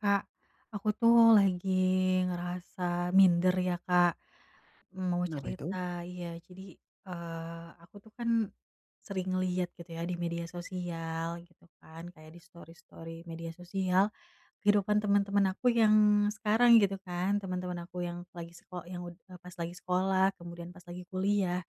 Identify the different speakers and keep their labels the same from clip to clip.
Speaker 1: Kak, aku tuh lagi ngerasa minder ya Kak, mau
Speaker 2: Kenapa itu?
Speaker 1: cerita. Iya, jadi, aku tuh kan sering lihat gitu ya di media sosial gitu kan, kayak di story-story media sosial, kehidupan teman-teman aku yang sekarang gitu kan, teman-teman aku yang lagi sekolah, pas lagi sekolah, kemudian pas lagi kuliah.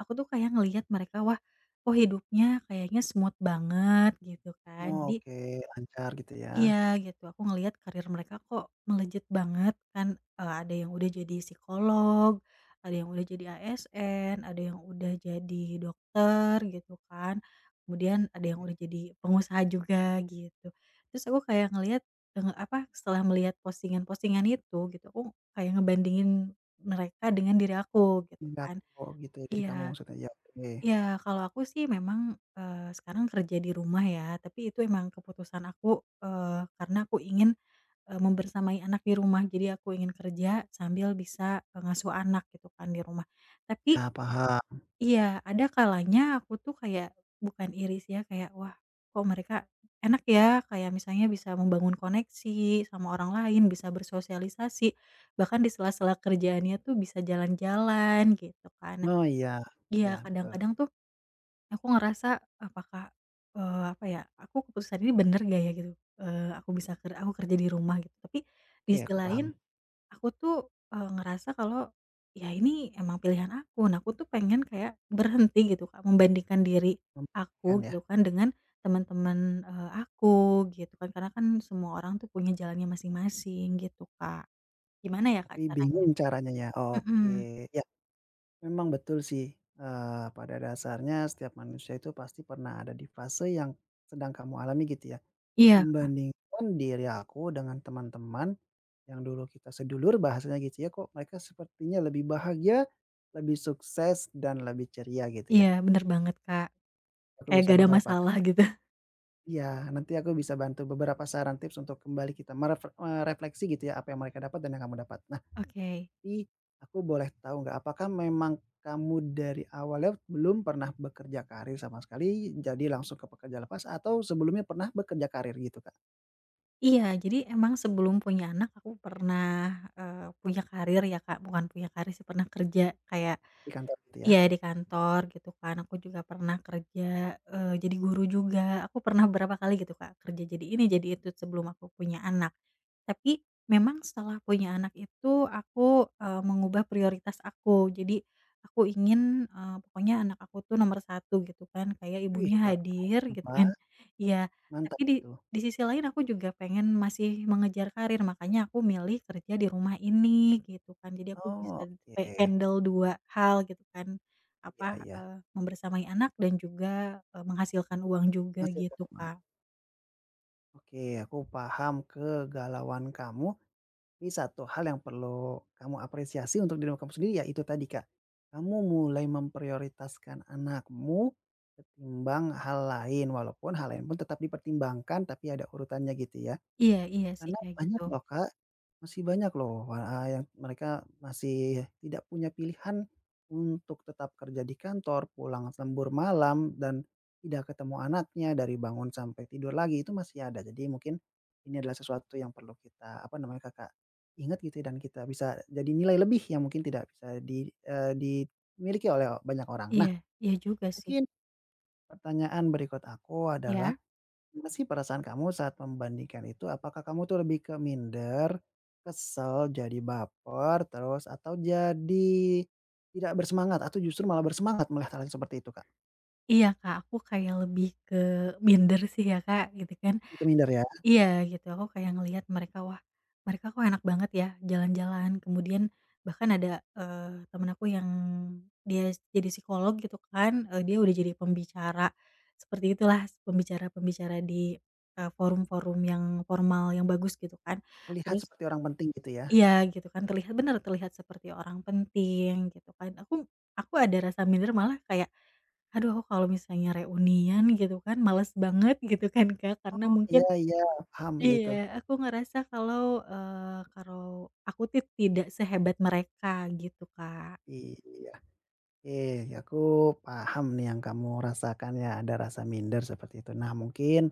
Speaker 1: Aku tuh kayak ngelihat mereka, wah, kok hidupnya kayaknya smooth banget gitu kan.
Speaker 2: Oh,
Speaker 1: Jadi.
Speaker 2: oke, lancar gitu ya.
Speaker 1: Iya gitu, aku ngelihat karir mereka kok melejit banget kan, ada yang udah jadi psikolog, ada yang udah jadi ASN, ada yang udah jadi dokter gitu kan, kemudian ada yang udah jadi pengusaha juga gitu. Terus aku kayak ngelihat, apa, setelah melihat postingan-postingan itu gitu, aku kayak ngebandingin mereka dengan diri aku gitu
Speaker 2: Enggak
Speaker 1: kan.
Speaker 2: kok gitu ya dari kamu
Speaker 1: Iya
Speaker 2: maksudnya, ya oke.
Speaker 1: ya kalau aku sih memang, sekarang kerja di rumah ya, tapi itu emang keputusan aku, karena aku ingin, membersamai anak di rumah. Jadi aku ingin kerja sambil bisa, ngasuh anak gitu kan di rumah. Tapi.
Speaker 2: Ya paham.
Speaker 1: Iya, ada kalanya aku tuh kayak bukan iris ya, kayak, "Wah, kok mereka enak ya?" Kayak misalnya bisa membangun koneksi sama orang lain, bisa bersosialisasi, bahkan di sela-sela kerjaannya tuh bisa jalan-jalan gitu kan. Nah.
Speaker 2: Oh iya,
Speaker 1: Iya,
Speaker 2: ya betul.
Speaker 1: kadang-kadang tuh. Aku ngerasa apakah, apa ya, aku keputusan ini bener gak ya gitu, aku kerja di rumah gitu. Tapi. Di
Speaker 2: Oke
Speaker 1: sisi
Speaker 2: aku paham.
Speaker 1: lain aku tuh, ngerasa kalau ya ini emang pilihan aku. Nah, aku tuh pengen kayak berhenti gitu Kak, membandingkan diri
Speaker 2: Memungkinkan
Speaker 1: aku
Speaker 2: ya,
Speaker 1: gitu kan dengan teman-teman, aku gitu kan. Karena kan semua orang tuh punya jalannya masing-masing gitu Kak. Gimana ya Kak
Speaker 2: tapi
Speaker 1: caranya?
Speaker 2: bingung caranya ya,
Speaker 1: Mhm.
Speaker 2: oke. Ya memang betul sih, pada dasarnya setiap manusia itu pasti pernah ada di fase yang sedang kamu alami gitu ya.
Speaker 1: Iya Kak,
Speaker 2: Membandingkan diri aku dengan teman-teman yang dulu kita sedulur bahasanya gitu ya, kok mereka sepertinya lebih bahagia, lebih sukses, dan lebih ceria gitu ya.
Speaker 1: iya bener banget Kak,
Speaker 2: Aku
Speaker 1: kayak
Speaker 2: bisa
Speaker 1: gak ada
Speaker 2: beberapa ka
Speaker 1: masalah gitu.
Speaker 2: Iya, nanti aku bisa bantu beberapa saran tips untuk kembali kita gitu ya, apa yang mereka dapat dan yang kamu dapat. Nah,
Speaker 1: Oke.
Speaker 2: tapi aku boleh tahu nggak, apakah memang kamu dari awalnya belum pernah bekerja karir sama sekali, jadi langsung ke pekerja lepas atau sebelumnya pernah bekerja karir gitu, Kak?
Speaker 1: Iya, jadi emang sebelum punya anak aku pernah, punya karir ya, Kak, bukan punya karir sih, pernah kerja kayak.
Speaker 2: Di kantor gitu ya?
Speaker 1: Iya, di kantor gitu kan, aku juga pernah kerja, jadi guru juga, aku pernah berapa kali gitu, Kak, kerja jadi ini jadi itu sebelum aku punya anak. Tapi memang setelah punya anak itu aku, mengubah prioritas aku. Jadi aku ingin, pokoknya anak aku tuh nomor satu gitu kan, kayak
Speaker 2: Wih,
Speaker 1: ibunya
Speaker 2: keren.
Speaker 1: hadir gitu kan. Iya, tapi
Speaker 2: Mantap
Speaker 1: di
Speaker 2: tuh.
Speaker 1: di sisi lain aku juga pengen masih mengejar karir, makanya aku milih kerja di rumah ini gitu kan. Jadi aku bisa
Speaker 2: Oh,
Speaker 1: kayak
Speaker 2: oke.
Speaker 1: handle 2 hal gitu kan,
Speaker 2: Iya
Speaker 1: apa,
Speaker 2: iya,
Speaker 1: membersamai anak dan juga, menghasilkan uang juga
Speaker 2: masih tuh,
Speaker 1: gitu,
Speaker 2: Kak.
Speaker 1: Kak.
Speaker 2: Oke, aku paham kegalauan kamu. Ini satu hal yang perlu kamu apresiasi untuk diri kamu sendiri, ya itu tadi, Kak. Kamu mulai memprioritaskan anakmu ketimbang hal lain, walaupun hal lain pun tetap dipertimbangkan, tapi ada urutannya gitu ya.
Speaker 1: Iya iya sih
Speaker 2: Karena
Speaker 1: kayak gitu.
Speaker 2: banyak loh Kak, masih banyak loh heeh, yang mereka masih tidak punya pilihan untuk tetap kerja di kantor, pulang lembur malam, dan tidak ketemu anaknya dari bangun sampai tidur lagi, itu masih ada. Jadi mungkin ini adalah sesuatu yang perlu kita, apa namanya, Kakak, ingat gitu ya, dan kita bisa jadi nilai lebih yang mungkin tidak bisa dimiliki oleh banyak orang. Nah,
Speaker 1: Iya iya juga sih.
Speaker 2: mungkin pertanyaan berikut aku adalah
Speaker 1: Iya.
Speaker 2: apa sih perasaan kamu saat membandingkan itu? Apakah kamu tuh lebih ke minder, kesel, jadi baper, terus atau jadi tidak bersemangat atau justru malah bersemangat melihat hal yang seperti itu, Kak?
Speaker 1: Iya, Kak, aku kayak lebih ke minder sih ya, Kak, gitu kan.
Speaker 2: Lebih ke minder ya?
Speaker 1: Iya, gitu, aku kayak ngelihat mereka, wah, mereka kok enak banget ya jalan-jalan, kemudian bahkan ada, temen aku yang dia jadi psikolog gitu kan, dia udah jadi pembicara, seperti itulah, pembicara-pembicara di, forum-forum yang formal, yang bagus gitu kan.
Speaker 2: Terlihat
Speaker 1: Terus.
Speaker 2: seperti orang penting gitu ya?
Speaker 1: Iya, gitu kan, terlihat benar terlihat seperti orang penting gitu kan. Aku ada rasa minder malah kayak. Aduh, aku kalau misalnya reunian gitu kan males banget gitu kan Kak, karena
Speaker 2: Oh,
Speaker 1: mungkin.
Speaker 2: iya iya, paham, ya
Speaker 1: Iya,
Speaker 2: itu.
Speaker 1: aku ngerasa kalau, kalau aku tidak sehebat mereka gitu Kak.
Speaker 2: Iya, oke, iya, aku paham nih yang kamu rasakan ya, ada rasa minder seperti itu. Nah, mungkin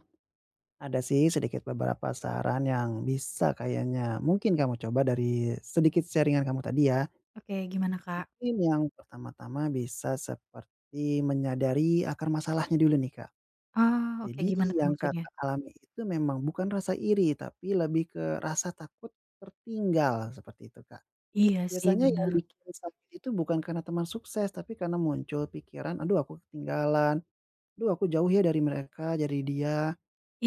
Speaker 2: ada sih sedikit beberapa saran yang bisa kayaknya mungkin kamu coba dari sedikit sharingan kamu tadi ya.
Speaker 1: Oke gimana Kak?
Speaker 2: Mungkin yang pertama-tama bisa seperti menyadari akar masalahnya dulu nih, Kak.
Speaker 1: Oh, oke
Speaker 2: Jadi
Speaker 1: gimana tuh
Speaker 2: yang
Speaker 1: maksudnya?
Speaker 2: Kakak alami itu memang bukan rasa iri, tapi lebih ke rasa takut tertinggal, seperti itu, Kak.
Speaker 1: Iya sih
Speaker 2: Biasanya yang
Speaker 1: bener.
Speaker 2: bikin sakit itu bukan karena teman sukses, tapi karena muncul pikiran, "Aduh aku ketinggalan, aduh aku jauh ya dari mereka, dari dia,"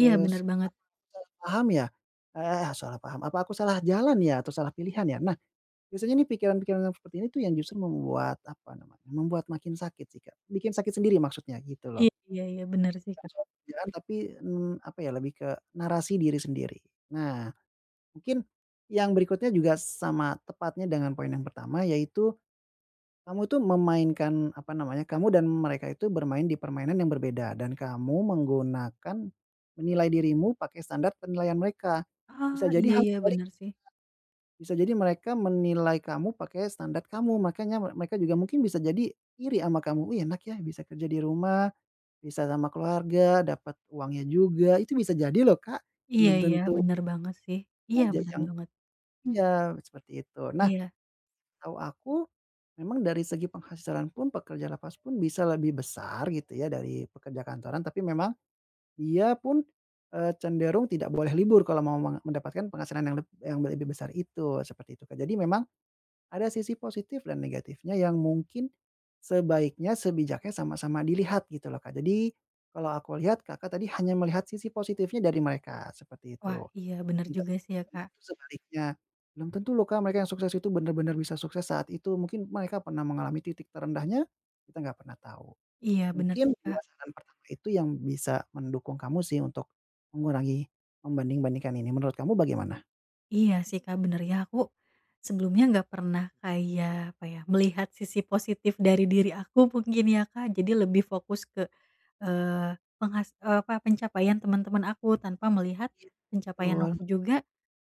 Speaker 1: Iya bener banget.
Speaker 2: "Apa aku salah paham ya? Eh, salah paham, apa aku salah jalan ya atau salah pilihan ya?" Nah, biasanya nih pikiran-pikiran yang seperti ini tuh yang justru membuat, apa namanya, membuat makin sakit sih, Kak. Bikin sakit sendiri maksudnya gitu
Speaker 1: Iya
Speaker 2: loh.
Speaker 1: iya iya bener sih
Speaker 2: Bukan
Speaker 1: Kak.
Speaker 2: soal kerjaan tapi, apa ya, lebih ke narasi diri sendiri. Nah, mungkin yang berikutnya juga sama tepatnya dengan poin yang pertama, yaitu kamu tuh memainkan, apa namanya, kamu dan mereka itu bermain di permainan yang berbeda dan kamu menilai dirimu pakai standar penilaian mereka.
Speaker 1: Oh,
Speaker 2: Bisa jadi
Speaker 1: iya
Speaker 2: hal
Speaker 1: iya
Speaker 2: sebalik
Speaker 1: bener sih.
Speaker 2: Bisa jadi mereka menilai kamu pakai standar kamu, makanya mereka juga mungkin bisa jadi iri sama kamu, "Wih, enak ya bisa kerja di rumah, bisa sama keluarga, dapat uangnya juga." Itu bisa jadi loh, Kak,
Speaker 1: Iya
Speaker 2: belum
Speaker 1: iya
Speaker 2: tentu
Speaker 1: bener banget sih. Iya
Speaker 2: aja
Speaker 1: bener
Speaker 2: yang
Speaker 1: banget.
Speaker 2: iya, seperti itu. Nah,
Speaker 1: Iya.
Speaker 2: setahu aku memang dari segi penghasilan pun pekerja lepas pun bisa lebih besar gitu ya dari pekerja kantoran, tapi memang dia pun, cenderung tidak boleh libur kalau mau mendapatkan penghasilan yang lebih besar itu, seperti itu, Kak. Jadi memang ada sisi positif dan negatifnya yang mungkin sebaiknya, sebijaknya sama-sama dilihat gitu loh, Kak. Jadi kalau aku lihat Kakak tadi hanya melihat sisi positifnya dari mereka, seperti
Speaker 1: Wah,
Speaker 2: itu.
Speaker 1: iya bener
Speaker 2: Ente
Speaker 1: juga sih ya Kak.
Speaker 2: Tentu sebaliknya, belum tentu loh, Kak, mereka yang sukses itu benar-benar bisa sukses saat itu. Mungkin mereka pernah mengalami titik terendahnya, kita nggak pernah tahu.
Speaker 1: Iya bener
Speaker 2: Mungkin
Speaker 1: sih Kak.
Speaker 2: 2 saran pertama itu yang bisa mendukung kamu sih untuk mengurangi membanding-bandingkan ini. Menurut kamu bagaimana?
Speaker 1: Iya sih Kak, bener ya aku sebelumnya nggak pernah kayak, apa ya, melihat sisi positif dari diri aku mungkin ya Kak, jadi lebih fokus ke, eee, apa, pencapaian teman-teman aku tanpa melihat
Speaker 2: Iya.
Speaker 1: pencapaian
Speaker 2: Betul,
Speaker 1: aku juga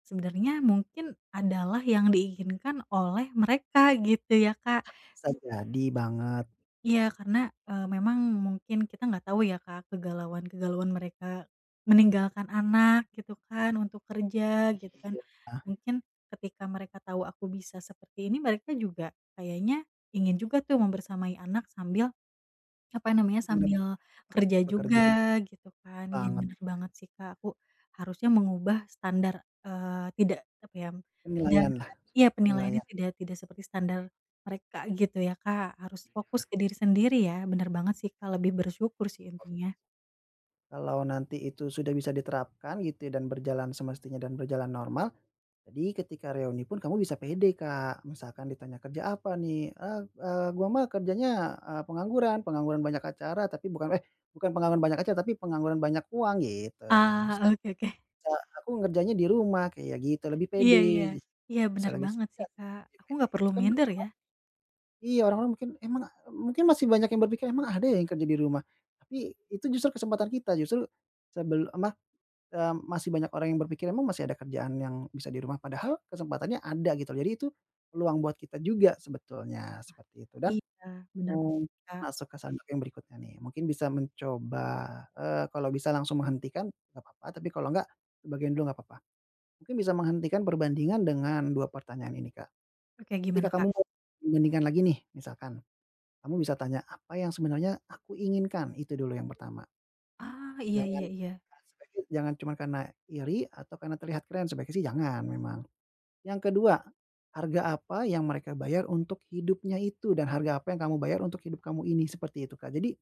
Speaker 1: sebenarnya mungkin adalah yang diinginkan oleh mereka gitu ya Kak.
Speaker 2: bisa jadi banget.
Speaker 1: Iya, karena, memang mungkin kita nggak tahu ya Kak, kegalauan-kegalauan mereka meninggalkan anak gitu kan, untuk kerja gitu kan.
Speaker 2: Iya.
Speaker 1: Mungkin ketika mereka tahu aku bisa seperti ini, mereka juga kayaknya ingin juga tuh membersamai anak sambil apa namanya,
Speaker 2: Mendapat
Speaker 1: sambil kerja juga
Speaker 2: pekerjaan
Speaker 1: gitu kan. Iya
Speaker 2: banget,
Speaker 1: bener banget sih, Kak, aku harusnya mengubah standar, tidak apa ya, tidak.
Speaker 2: penilaian lah
Speaker 1: Iya, penilaiannya
Speaker 2: penilaian.
Speaker 1: tidak tidak seperti standar mereka gitu ya, Kak. Harus fokus ke diri sendiri ya, bener banget sih, Kak, lebih bersyukur sih intinya.
Speaker 2: Kalau nanti itu sudah bisa diterapkan gitu ya dan berjalan semestinya dan berjalan normal, jadi ketika reuni pun kamu bisa pede, Kak. Misalkan ditanya, "Kerja apa nih?" "Ah, gua mah kerjanya, pengangguran, pengangguran banyak acara tapi bukan eh, bukan pengangguran banyak acara tapi pengangguran banyak uang," gitu. Nah,
Speaker 1: Ah,
Speaker 2: maksudnya,
Speaker 1: oke oke.
Speaker 2: "Aku ngerjainnya di rumah," kayak gitu, lebih
Speaker 1: Iya iya.
Speaker 2: pede,
Speaker 1: Iya
Speaker 2: bisa
Speaker 1: bener
Speaker 2: lebih bisa
Speaker 1: banget sih, Kak.
Speaker 2: lebih
Speaker 1: Aku
Speaker 2: pede.
Speaker 1: nggak perlu
Speaker 2: Itu kan.
Speaker 1: minder ya.
Speaker 2: Iya, orang-orang mungkin emang mungkin masih banyak yang berpikir, "Emang ada ya yang kerja di rumah?" Tapi itu justru kesempatan kita, justru sebel ma masih banyak orang yang berpikir, "Emang masih ada kerjaan yang bisa di rumah?" Padahal kesempatannya ada gitu, jadi itu peluang buat kita juga sebetulnya, seperti itu. Dan
Speaker 1: Iya bener,
Speaker 2: mungkin
Speaker 1: Kak.
Speaker 2: masuk ke sandok yang berikutnya nih, mungkin bisa mencoba, kalau bisa langsung menghentikan nggak apa-apa, tapi kalau nggak sebagian dulu nggak apa-apa. Mungkin bisa menghentikan perbandingan dengan 2 pertanyaan ini, Kak.
Speaker 1: Oke
Speaker 2: Ketika
Speaker 1: gimana, Kak?
Speaker 2: kamu mau bandingkan lagi nih misalkan kamu bisa tanya, "Apa yang sebenarnya aku inginkan?" Itu dulu yang pertama.
Speaker 1: Ah, iya
Speaker 2: Jangan
Speaker 1: iya iya.
Speaker 2: Jangan cuma karena iri atau karena terlihat keren, sebaiknya sih jangan memang. Yang kedua, harga apa yang mereka bayar untuk hidupnya itu dan harga apa yang kamu bayar untuk hidup kamu ini, seperti itu, Kak. Jadi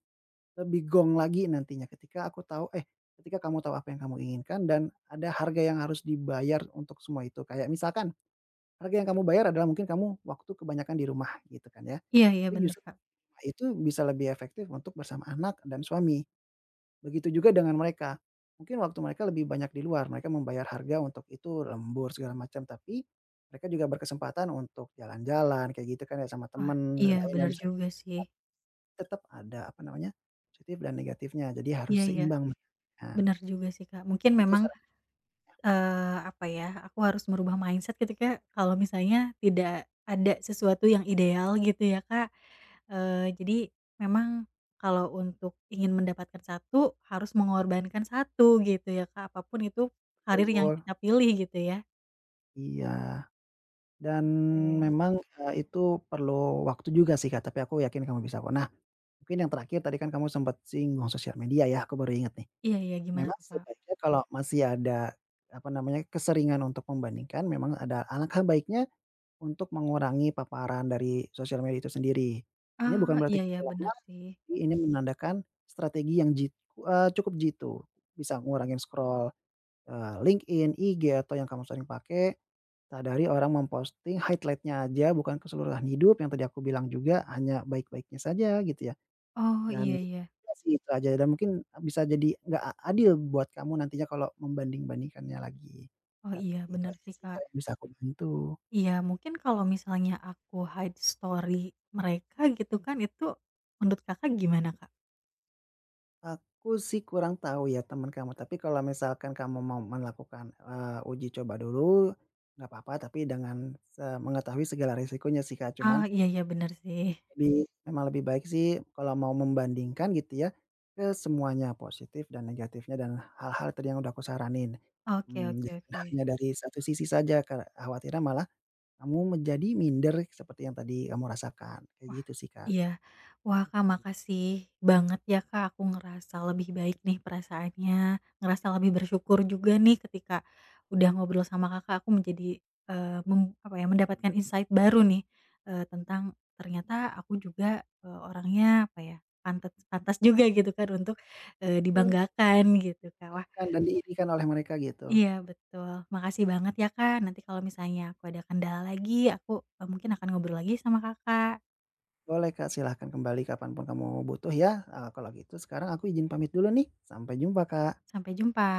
Speaker 2: lebih gong lagi nantinya ketika aku tahu eh, ketika kamu tahu apa yang kamu inginkan dan ada harga yang harus dibayar untuk semua itu. Kayak misalkan harga yang kamu bayar adalah mungkin kamu waktu kebanyakan di rumah gitu kan ya.
Speaker 1: Iya iya
Speaker 2: Tapi
Speaker 1: bener,
Speaker 2: justru
Speaker 1: Kak.
Speaker 2: itu bisa lebih efektif untuk bersama anak dan suami. Begitu juga dengan mereka. Mungkin waktu mereka lebih banyak di luar, mereka membayar harga untuk itu, lembur segala macam, tapi mereka juga berkesempatan untuk jalan-jalan kayak gitu kan ya sama
Speaker 1: Wah,
Speaker 2: temen
Speaker 1: iya
Speaker 2: lain yang
Speaker 1: bener
Speaker 2: bisa
Speaker 1: juga sih.
Speaker 2: tetap ada apa namanya, positif dan negatifnya. Jadi harus
Speaker 1: Iya iya,
Speaker 2: seimbang. Nah,
Speaker 1: benar juga sih, Kak. Mungkin
Speaker 2: itu
Speaker 1: memang, apa ya, aku harus merubah mindset ketika kalau misalnya tidak ada sesuatu yang ideal gitu ya, Kak. Eee, jadi memang kalau untuk ingin mendapatkan satu, harus mengorbankan satu gitu ya, Kak, apapun itu karir yang
Speaker 2: saranku
Speaker 1: kita pilih gitu ya.
Speaker 2: iya, dan
Speaker 1: Oke.
Speaker 2: memang, itu perlu waktu juga sih Kak, tapi aku yakin kamu bisa kok. Nah, mungkin yang terakhir tadi kan kamu sempat singgung sosial media ya, aku baru ingat nih.
Speaker 1: Iya iya, gimana
Speaker 2: Memang
Speaker 1: tuh, Kak?
Speaker 2: sebaiknya kalau masih ada, apa namanya, keseringan untuk membandingkan memang ada alangkah baiknya untuk mengurangi paparan dari sosial media itu sendiri. Ini
Speaker 1: Ah,
Speaker 2: bukan berarti
Speaker 1: iya iya,
Speaker 2: kamu
Speaker 1: benar
Speaker 2: lemah,
Speaker 1: sih.
Speaker 2: tapi ini menandakan strategi cukup jitu. Bisa ngurangin scroll, LinkedIn, IG, atau yang kamu sering pakai, sadari orang memposting highlightnya aja bukan keseluruhan hidup yang tadi aku bilang juga hanya baik-baiknya saja gitu ya.
Speaker 1: Oh,
Speaker 2: Dan
Speaker 1: iya iya.
Speaker 2: ya sih itu aja dan mungkin bisa jadi nggak adil buat kamu nantinya kalau membanding-bandingkannya lagi.
Speaker 1: Oh, iya,
Speaker 2: Seperti itu
Speaker 1: benar
Speaker 2: aja
Speaker 1: sih,
Speaker 2: sih,
Speaker 1: Kak.
Speaker 2: Kak, yang bisa aku bantu.
Speaker 1: Iya, mungkin kalau misalnya aku hide story mereka gitu kan, itu menurut Kakak gimana, Kak?
Speaker 2: Aku sih kurang tahu ya teman kamu, tapi kalau misalkan kamu mau melakukan, uji coba dulu, nggak apa-apa tapi dengan mengetahui segala resikonya sih, Kak.
Speaker 1: Ah,
Speaker 2: Cuman.
Speaker 1: iya iya, bener sih.
Speaker 2: Lebih memang lebih baik sih kalau mau membandingkan gitu ya, ke semuanya positif dan negatifnya dan hal-hal tadi yang udah aku saranin.
Speaker 1: Oke oke
Speaker 2: Jangan
Speaker 1: oke.
Speaker 2: hanya dari satu sisi saja khawatirnya malah kamu menjadi minder seperti yang tadi kamu rasakan, kayak gitu sih, Kak.
Speaker 1: Iya. Wah, Kak, makasih banget ya, Kak, aku ngerasa lebih baik nih perasaannya, ngerasa lebih bersyukur juga nih ketika udah ngobrol sama Kakak, aku menjadi, eee, mem apa ya, mendapatkan insight baru nih, tentang ternyata aku juga, orangnya apa ya, pantas pantas juga gitu kan untuk,
Speaker 2: Mmm.
Speaker 1: dibanggakan gitu, Kak. Wah,
Speaker 2: Bahkan dan diirikan oleh mereka gitu.
Speaker 1: iya, betul. Makasih banget ya, Kak, nanti kalau misalnya aku ada kendala lagi, aku, mungkin akan ngobrol lagi sama Kakak.
Speaker 2: Boleh, Kak, silahkan kembali kapan pun kamu butuh ya, kalau gitu sekarang aku izin pamit dulu nih, sampai jumpa, Kak.
Speaker 1: Sampai jumpa.